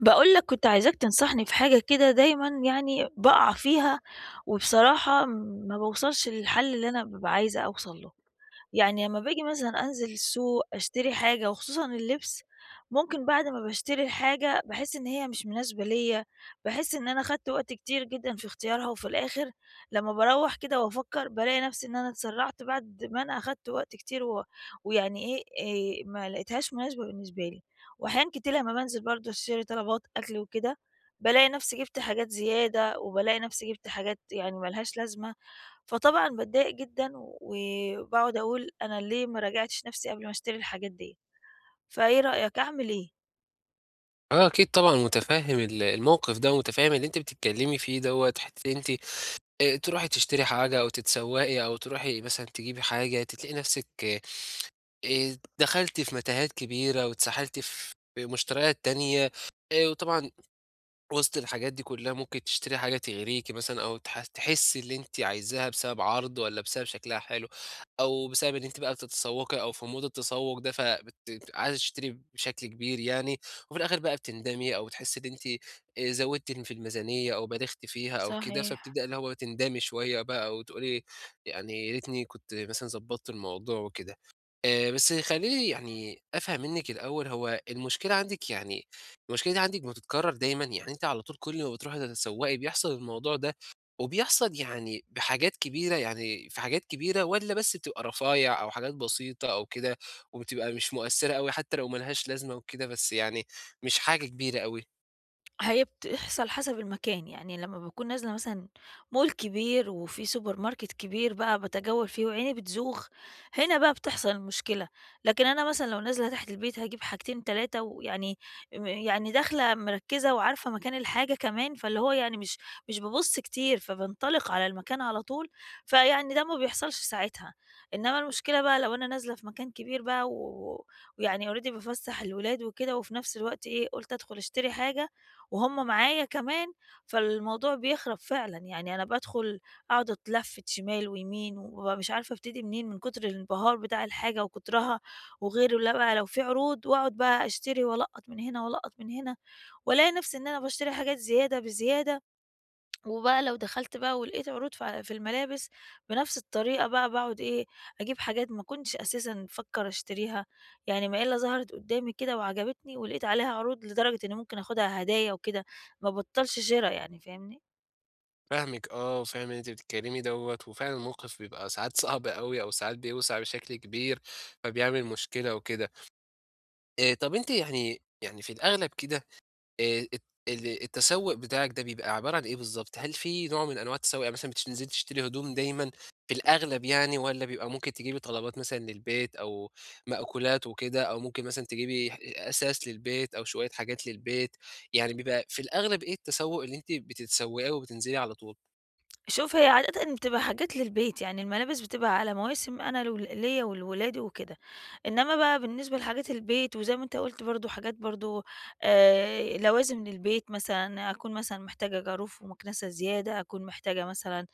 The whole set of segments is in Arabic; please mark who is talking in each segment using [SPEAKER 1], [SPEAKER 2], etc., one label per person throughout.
[SPEAKER 1] باقول لك كنت عايزاك تنصحني في حاجة كده دايمًا يعني باقع فيها، وبصراحة ما باوصلش للحل اللي أنا بابقى عايزة أوصل له. يعني لمّا باجي مثلًا أنزل السوق أشتري حاجة وخصوصًا اللبس، ممكن بعد ما باشتري الحاجة باحس إن هي مش مناسبة ليّا، باحس إن أنا خدت وقت كتير جدًا في اختيارها، وفي الآخر لمّا باروّح كده وأفكّر بالاقي نفسي إن أنا اتسرعت بعد ما أنا أخدت وقت كتير ويعني إيه، ما لقيتهاش مناسبة بالنسبة لي، وأحيان كتير لمّا بانزل برضه أشتري طلبات أكل وكده، بالاقي نفسي جِبت حاجات زيادة، وبالاقي نفسي جِبت حاجات يعني ما لهاش لازمة. فطبعًا باتضايق جدًا وباقعد أقول أنا ليه ما راجعتش نفسي قبل ما أشتري الحاجات ديّة، فإيه رأيك أعمل إيه؟
[SPEAKER 2] آه، أكيد طبعًا متفهّم الموقف ده، ومتفهّم اللي أنتِ بتتكلّمي فيه دوّة، حتّة أنتِ تروحي تشتري حاجة أو تتسوّقي أو تروحي مثلًا تجيبي حاجة، تلاقي نَفْسِك دخلتِ في متاهات كبيرة واتسحلتِ في مشتريات تانية. وطبعًا وسط الحاجات دي كلها ممكن تشتري حاجة تغريكِ مثلًا أو تحسّي اللي أنتِ عايزاها بسبب عرض والّا بسبب شكلها حلو، أو بسبب إن أنتِ بقى بتتسوّقي أو في مود التسوّق ده عايزة تشتري بشكل كبير يعني، وفي الآخر بقى بتندمي أو بتحسّي إن أنتِ زوّدتِ في الميزانية أو بالغتِ فيها أو كده،
[SPEAKER 1] صحيح.
[SPEAKER 2] فبتبدئي اللي هو تندمي شوية بقى وتقولي يعني يا ريتني كنت مثلًا ضبّطت الموضوع وكده. بس خلّيني يعني أفهم منِّك الأول، هو المشكلة عندِك يعني المشكلة دي عندِك بتتكرر دايمًا، يعني أنتِ على طول كل ما بتروحي تتسوقي بيحصل الموضوع ده، وبيحصل يعني بحاجات كبيرة، يعني في حاجات كبيرة والّا بس بتبقى رفايع أو حاجات بسيطة أو كده، وبتبقى مش مؤثرة أوي حتى لو ما لهاش لازمة وكده، بس يعني مش حاجة كبيرة أوي؟
[SPEAKER 1] هي بتحصل حسب المكان، يعني لمّا باكون نازلة مثلًا مول كبير وفي سوبر ماركت كبير بقى باتجول فيه وعيني بتزوغ، هنا بقى بتحصل المشكلة، لكن أنا مثلًا لو نازلة تحت البيت هاجيب حاجتين 3 ويعني يعني داخلة مركّزة وعارفة مكان الحاجة كمان، فاللي هو يعني مش بابُص كتير، فبانطلق على المكان على طول، فيعني ده ما بيحصلش ساعتها، إنما المشكلة بقى لو أنا نازلة في مكان كبير بقى ويعني already بافسّح الولاد وكده وفي نفس الوقت إيه، قُلت أدخل أشتري حاجة وهُم معايا كمان، فالموضوع بيخرب فعلًا، يعني أنا بادخل أقعد أتلفّت شمال ويمين وبابقى مش عارفة أبتدي منين من كتر الانبهار بتاع الحاجة وكترها، وغير لا بقى لو في عروض وأقعد بقى أشتري وألقّط من هنا وألقّط من هنا، والاقي نفسي إن أنا باشتري حاجات زيادة بزيادة، وبقى لو دخلت بقى ولقيت عروض في الملابس بنفس الطريقة بقى باقعد إيه، أجيب حاجات ما كنتش أساسًا بافكّر أشتريها، يعني ما إلا ظهرت قدّامي كده وعجبتني ولقيت عليها عروض لدرجة إني ممكن آخُدها هدايا وكده، ما بطّلش شِرا يعني فاهمني؟
[SPEAKER 2] فاهمِك آه، وفاهم اللي أنتِ بتتكلمي دوّة، وفعلًا الموقف بيبقى ساعات صعب أوي أو ساعات بيوسع بشكل كبير، فبيعمل مشكلة وكده. طب أنتِ يعني في الأغلب كده الت التسوّق بتاعك ده بيبقى عبارة عن إيه بالضبط؟ هل في نوع من أنواع التسوّق؟ يعني مثلًا بتنزلي تشتري هدوم دايمًا في الأغلب يعني، والّا بيبقى ممكن تجيبي طلبات مثلًا للبيت أو مأكولات وكده، أو ممكن مثلًا تجيبي أثاث للبيت أو شوية حاجات للبيت، يعني بيبقى في الأغلب إيه التسوّق اللي أنتِ بتتسوّقيه وبتنزلي على طول؟
[SPEAKER 1] شوف هي عادةً بتبقى حاجات للبيت، يعني الملابس بتبقى على مواسم أنا لول ليّا ولولادي وكده، إنّما بقى بالنسبة لحاجات البيت وزي ما أنت قُلت برضه حاجات برضه لوازم للبيت مثلًا، أكون مثلًا محتاجة جاروف ومكنسة زيادة، أكون محتاجة مثلًا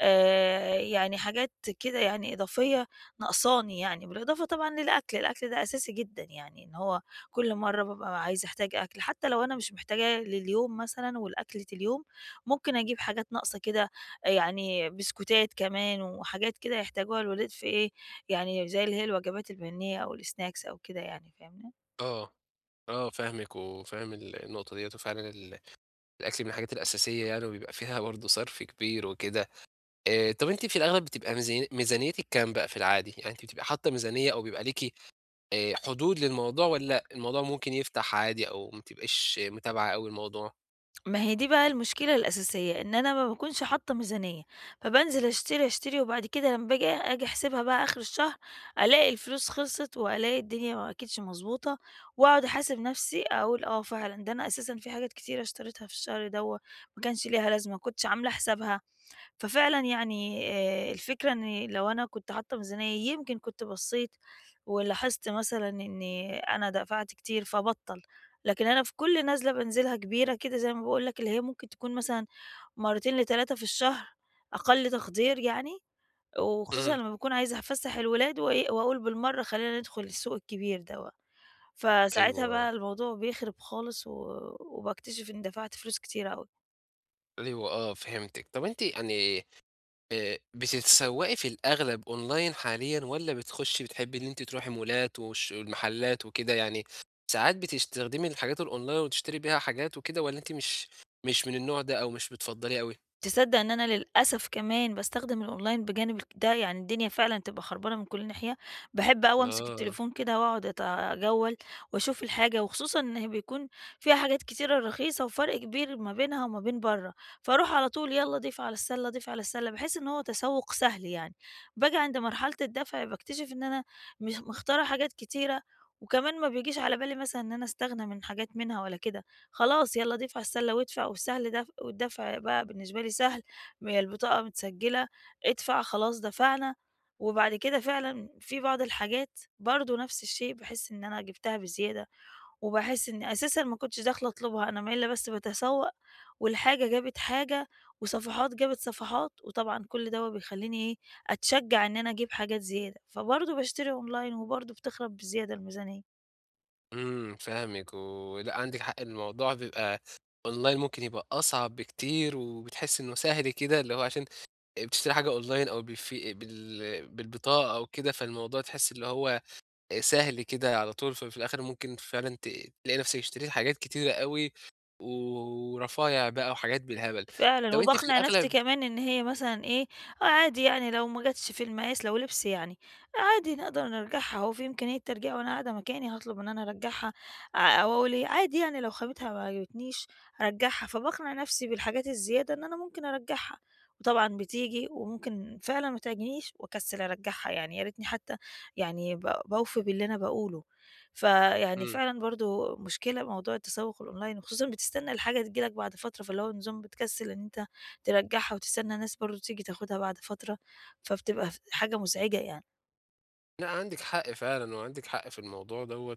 [SPEAKER 1] يعني حاجات كده يعني إضافية ناقصاني يعني، بالإضافة طبعًا للأكل. الأكل ده أساسي جدًا يعني إن هو كل مرّة بابقى عايزة أحتاج أكل، حتّى لو أنا مش محتاجاه لليوم مثلًا ولأكلة اليوم، ممكن أجيب حاجات ناقصة كده يعني بسكوتات كمان وحاجات كده يحتاجوها الولاد في إيه، يعني زي اللي هي الوجبات البنية أو السناكس أو كده يعني فاهمني؟
[SPEAKER 2] آه. آه فاهمِك وفاهم النقطة ديّة، وفعلًا الأكل من الحاجات الأساسية يعني، وبيبقى فيها برضه صرف كبير وكده. طب أنتِ في الأغلب بتبقى ميزانيتِك كام بقى في العادي؟ يعني أنتِ بتبقي حاطة ميزانية، أو بيبقى ليكِ حدود للموضوع، والّا الموضوع ممكن يفتح عادي، أو ما بتبقيش متابعة أوي الموضوع؟
[SPEAKER 1] ما هي دي بقى المشكلة الأساسية، إن أنا ما باكونش حاطة ميزانية، فبانزل أشتري، أشتري وبعد كده لمّا باجي آجي أحسبها بقى آخر الشهر، ألاقي الفلوس خلصت وألاقي الدنيا ما كانتش مضبوطة، وأقعد أحاسب نفسي أقول آه فعلًا ده أنا أساسًا في حاجات كتيرة اشتريتها في الشهر دوّة ما كانش ليها لازمة، ما كنتش عاملة حسابها. ففعلًا يعني الفكرة إن لو أنا كنت حاطة ميزانية يمكن كنت بصّيت ولاحظت مثلًا إني أنا دفعت كتير فابطّل، لكن أنا في كل نزلة بانزلها كبيرة كده زي ما باقول لك اللي هي ممكن تكون مثلًا مرتين ل3 في الشهر أقل تقدير يعني، وخصوصًا
[SPEAKER 2] إمم.
[SPEAKER 1] لمّا باكون عايزة أفسّح الولاد وإيه وأقول بالمرّة خلّينا ندخل السوق الكبير دوّة، فساعتها بقى
[SPEAKER 2] أيوه.
[SPEAKER 1] الموضوع بيخرب خالص وباكتشف إني دفعت فلوس كتيرة أوي.
[SPEAKER 2] أيوه آه، فهمتِك. طب أنتِ يعني بتتسوقي في الأغلب online حاليًا، والّا بتخشي بتحبي إن أنتِ تروحي مولات والمحلات وكده يعني، ساعات بتستخدمي الحاجات الonline وتشتري بيها حاجات وكده، والّا أنتِ مش من النوع ده أو مش بتفضّليه أوي؟
[SPEAKER 1] تصدّق إن أنا للأسف كمان باستخدم الأونلاين بجانب ده، يعني الدنيا فعلًا تبقى خربانة من كل ناحية، باحب أوي أمسك
[SPEAKER 2] آه.
[SPEAKER 1] التليفون كده وأقعد أجوّل وأشوف الحاجة، وخصوصًا إن هي بيكون فيها حاجات كتيرة رخيصة وفرق كبير ما بينها وما بين برّه، فاروح على طول يالّا ضيف على السَلّة، ضيف على السَلّة، باحس إن هو تسوُّق سهل يعني، باجي عند مرحلة الدفع باكتشف إن أنا مش مختارة حاجات كتيرة، وكمان ما بيجيش على بالي مثلًا إن أنا أستغنى من حاجات منها ولا كده، خلاص يالّا دفع السَلّة وادفع، والسهل والدفع بقى بالنسبة لي سهل، ما هي البطاقة متسجّلة، ادفع خلاص دفعنا، وبعد كده فعلًا في بعض الحاجات برضه نفس الشيء باحس إن أنا جِبتها بزيادة، وباحس إني أساسًا ما كنتش داخلة أطلبها، أنا مايلة بس باتسوّق، والحاجة جابت حاجة، وصفحات جابت صفحات، وطبعًا كل دوّة بيخلّيني إيه، أتشجّع إن أنا أجيب حاجات زيادة، فبرضه باشتري أونلاين وبرضه بتخرب بزيادة الميزانية.
[SPEAKER 2] إمم، فاهمِك. ولأ عندِك حق، الموضوع بيبقى أونلاين ممكن يبقى أصعب بكتير، وبتحسي إنه سهل كده اللي هو عشان بتشتري حاجة أونلاين أو بالفي بال بالبطاقة أو كده، فالموضوع تحسي اللي هو سهل كده على طول، ففي الآخر ممكن فعلًا تلاقي نفسِك اشتريتِ حاجات كتيرة أوي، ورفايع بقى وحاجات بالهبل.
[SPEAKER 1] فعلًا،
[SPEAKER 2] طب أنتِ في
[SPEAKER 1] وباقنع نفسي
[SPEAKER 2] الأغلب.
[SPEAKER 1] كمان إن هي مثلًا إيه، آه عادي يعني لو ما جاتش في المقاس لو لبس يعني، عادي نقدر نرجعها هو في إمكانية ترجيع وأنا قاعدة مكاني هاطلب إن أنا أرجعها، أو أقول إيه عادي يعني لو خامتها ما عجبتنيش أرجعها، فباقنع نفسي بالحاجات الزيادة إن أنا ممكن أرجعها، وطبعًا بتيجي وممكن فعلًا ما تعجبنيش وأكسل أرجعها يعني يا ريتني حتى يعني باوفي باللي أنا باقوله. فيعني
[SPEAKER 2] إمم.
[SPEAKER 1] فعلًا برضه مشكلة موضوع التسوق الأونلاين، وخصوصًا بتستنى الحاجة تيجي لك بعد فترة، فاللي هو نظام بتكسل إن أنت ترجّعها وتستنى ناس برضه تيجي تاخدها بعد فترة، فبتبقى حاجة مزعجة يعني.
[SPEAKER 2] لأ، عندِك حق فعلًا، وعندِك حق في الموضوع دوّة،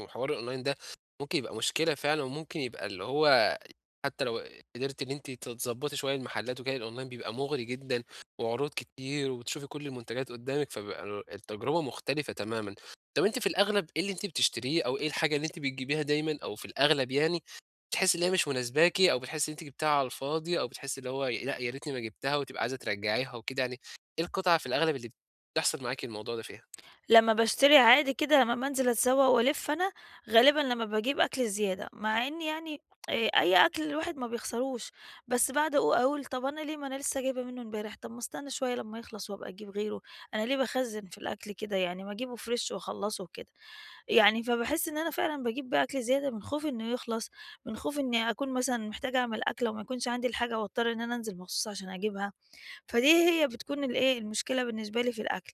[SPEAKER 2] وحوار الأونلاين ده ممكن يبقى مشكلة فعلًا، وممكن يبقى اللي هو حتى لو قدرتِ إن أنتِ تضبّطي شوية المحلات وكده، الأونلاين بيبقى مغري جدًا، وعروض كتير، وبتشوفي كل المنتجات قدّامِك، فبيبقى التجربة مختلفة تمامًا. طب أنتِ في الأغلب إيه اللي أنتِ بتشتريه، أو إيه الحاجة اللي أنتِ بتجيبيها دايمًا، أو في الأغلب يعني بتحسّي إن هي مش مناسباكِ، أو بتحسّي إن أنتِ جبتيها على الفاضي، أو بتحسّي اللي هو لأ، يا ريتني ما جبتها وتبقى عايزة ترجّعيها وكده، يعني إيه القطعة في الأغلب اللي بتحصل معاكِ الموضوع ده فيها؟
[SPEAKER 1] لمّا باشتري عادي كده لمّا بانزل أتسوق وألِف أنا، غالبًا لمّا باجيب أكل زيادة، مع إن يعني أي أكل الواحد ما بيخسروش، بس باقعد أقول طَب أنا ليه ما أنا لسه جايبة منه امبارح، طَب ما استنى شوية لمّا يخلص وأبقى أجيب غيره، أنا ليه باخزّن في الأكل كده يعني ما أجيبه فريش وأخلّصه وكده. يعني فباحس إن أنا فعلًا باجيب بقى أكل زيادة من خوفي إنه يخلص، من خوفي إني أكون مثلًا محتاجة أعمل أكلة وما يكونش عندي الحاجة وأضطر إن أنا أنزل مخصوص عشان أجيبها، فدي هي بتكون الإيه، المشكلة بالنسبة لي في الأكل.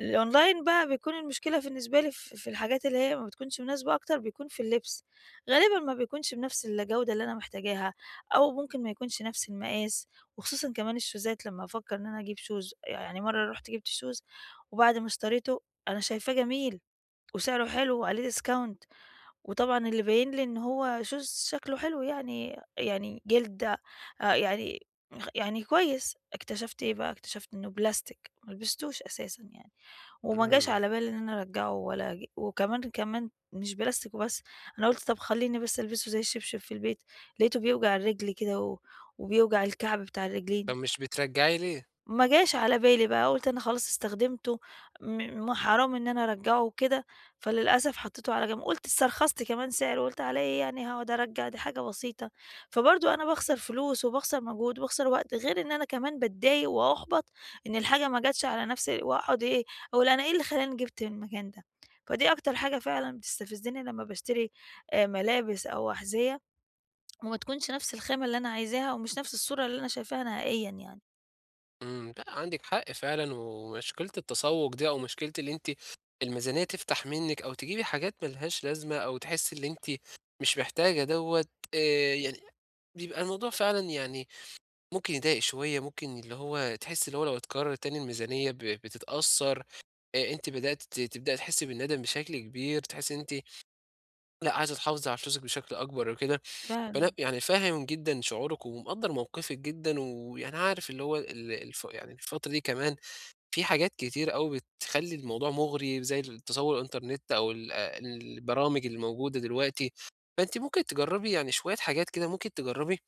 [SPEAKER 1] الأونلاين بقى بيكون المشكلة بالنسبة لي في الحاجات اللي هي ما بتكونش مناسبة أكتر بيكون في اللبس، غالبًا ما بيكونش بنفس الجودة اللي أنا محتاجاها، أو ممكن ما يكونش نفس المقاس، وخصوصًا كمان الشوزات لمّا أفكر إن أنا أجيب shoes يعني مرة رُحت جبت shoes وبعد ما اشتريته أنا شايفاه جميل وسعره حلو وعليه ديسكاونت، وطبعًا اللي باين لي إن هو شوز شكله حلو يعني يعني جلد يعني يعني كويس، اكتشفت إيه بقى، اكتشفت إنه بلاستيك ما لبستوش أساسًا يعني، وما جاش
[SPEAKER 2] إمم.
[SPEAKER 1] على بالي إن أنا أرجّعه ولا ج وكمان كمان مش بلاستيك وبس، أنا قُلت طب خلّيني بس ألبسه زي الشبشب في البيت، لقيته بيوجع الرجل كده وبيوجع الكعب بتاع
[SPEAKER 2] طب
[SPEAKER 1] الرجلين.
[SPEAKER 2] مش بترجّعي ليه؟
[SPEAKER 1] ما جاش على بالي بقى، قُلت أنا خلاص استخدمته، م حرام إن أنا أرجّعه وكده، فللأسف حطيته على جنب، قُلت استرخصت كمان سعر، قُلت على إيه يعني هاقعد أرجّع دي حاجة بسيطة، فبرضه أنا باخسر فلوس وباخسر مجهود وباخسر وقت، غير إن أنا كمان باتضايق وأُحبط إن الحاجة ما جاتش على نفسي وأقعد إيه، أقول أنا إيه اللي خلّاني جِبت من المكان ده، فدي أكتر حاجة فعلًا بتستفزني لمّا باشتري ملابس أو أحذية وما تكونش نفس الخامة اللي أنا عايزاها ومش نفس الصورة اللي أنا شايفاها نهائيًا يعني.
[SPEAKER 2] إمم. لأ، عندِك حق فعلًا، ومشكلة التسوّق دي أو مشكلة اللي أنتِ الميزانية تفتح منِّك أو تجيبي حاجات ما لهاش لازمة أو تحسّي اللي أنتِ مش محتاجة دوّة، يعني بيبقى الموضوع فعلًا يعني ممكن يضايق شوية، ممكن اللي هو تحسّي اللي هو لو اتكرر تاني الميزانية بتتأثّر، أنتِ بدأتِ تبدئي تحسّي بالندم بشكل كبير، تحسّي إن أنتِ لأ، عايزة تحافظي على فلوسِك بشكل أكبر وكده.
[SPEAKER 1] فعلًا.
[SPEAKER 2] فأنا يعني فاهم جدًا شعورِك ومقدّر موقفِك جدًا، ويعني عارف اللي هو ال الف يعني الفترة دي كمان في حاجات كتير أوي بتخلّي الموضوع مغري زي التسوق الإنترنت أو ال آه البرامج اللي موجودة دلوقتي، فأنتِ ممكن تجرّبي يعني شوية حاجات كده، ممكن تجرّبي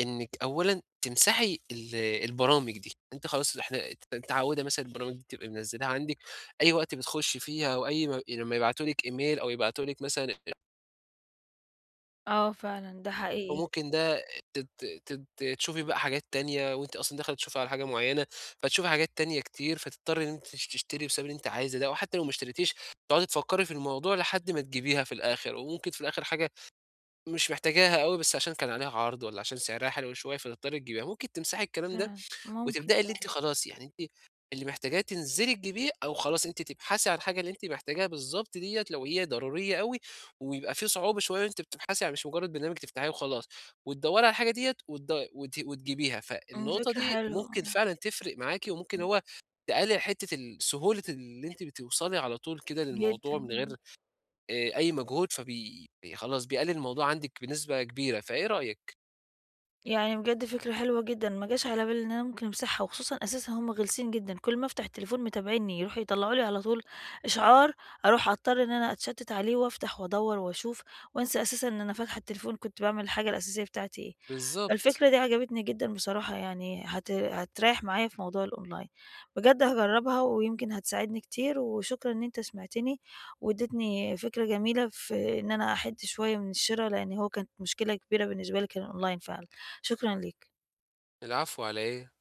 [SPEAKER 2] إنِّك أولًا تمسحي البرامج دي، أنتِ خلاص أنتِ متعوّدة مثلًا البرامج دي تبقي منزّلاها عندِك، أي وقت بتخشّي فيها أو أي ما لمّا يبعتوا لِك إيميل أو يبعتوا لك مثلًا،
[SPEAKER 1] آه فعلًا، ده حقيقي.
[SPEAKER 2] وممكن ده تت تت تشوفي بقى حاجات تانية وأنتِ أصلًا داخلة تشوفي على حاجة معينة، فتشوفي حاجات تانية كتير، فتضطري إن أنتِ تشتري بسبب اللي أنتِ عايزة ده، أو حتى لو ما اشتريتيش تقعدي تفكّري في الموضوع لحد ما تجيبيها في الآخر، وممكن في الآخر حاجة مش محتاجاها أوي بس عشان كان عليها عرض والّا عشان سعرها حلو شوية فتضطري تجيبيها، ممكن تمسحي الكلام ده
[SPEAKER 1] فعلًا، ممكن.
[SPEAKER 2] وتبدئي اللي أنتِ خلاص يعني أنتِ اللي محتاجاه تنزلي تجيبيه، أو خلاص أنتِ تبحثي عن الحاجة اللي أنتِ محتاجاها بالضبط ديّة لو هي ضرورية أوي، ويبقى في صعوبة شوية وأنتِ بتبحثي عن مش مجرد برنامج تفتحيه وخلاص، وتدوّري على الحاجة ديّة وتد وت وتجيبيها،
[SPEAKER 1] إمم،
[SPEAKER 2] فالنقطة
[SPEAKER 1] فكرة
[SPEAKER 2] دي
[SPEAKER 1] حلوة
[SPEAKER 2] ممكن
[SPEAKER 1] آه.
[SPEAKER 2] فعلًا تفرق معاكِ، وممكن هو تقلل حتة سهولة اللي أنتِ بتوصلي على طول كده
[SPEAKER 1] جدًا
[SPEAKER 2] للموضوع من غير
[SPEAKER 1] آه.
[SPEAKER 2] أي مجهود، خلاص بيقلل الموضوع عندِك بنسبة كبيرة، فإيه رأيك؟
[SPEAKER 1] يعني بجد فكرة حلوة جدًا، ما جاش على بالي إن أنا ممكن أمسحها، وخصوصًا أساسًا هُم غلسين جدًا، كل ما أفتح التليفون متابعينّي، يروحوا يطلعوا لي على طول إشعار، أروح أضطر إن أنا أتشتت عليه وأفتح وأدوّر وأشوف، وأنسى أساسًا إن أنا فاتحة التليفون كنت باعمل الحاجة الأساسية بتاعتي إيه.
[SPEAKER 2] بالضبط.
[SPEAKER 1] الفكرة دي عجبتني جدًا بصراحة، يعني هتريّح معايا في موضوع الأونلاين، بجد هاجرّبها ويمكن هتساعدني كتير، وشكرًا إن أنت سمعتني وادّيتني فكرة جميلة في إن أنا أحِد شوية من الشِرا، لإن هو كانت مشكلة كبيرة بالنسبة لي كان الأونلاين فعلًا، شكرًا ليك.
[SPEAKER 2] العفو على إيه؟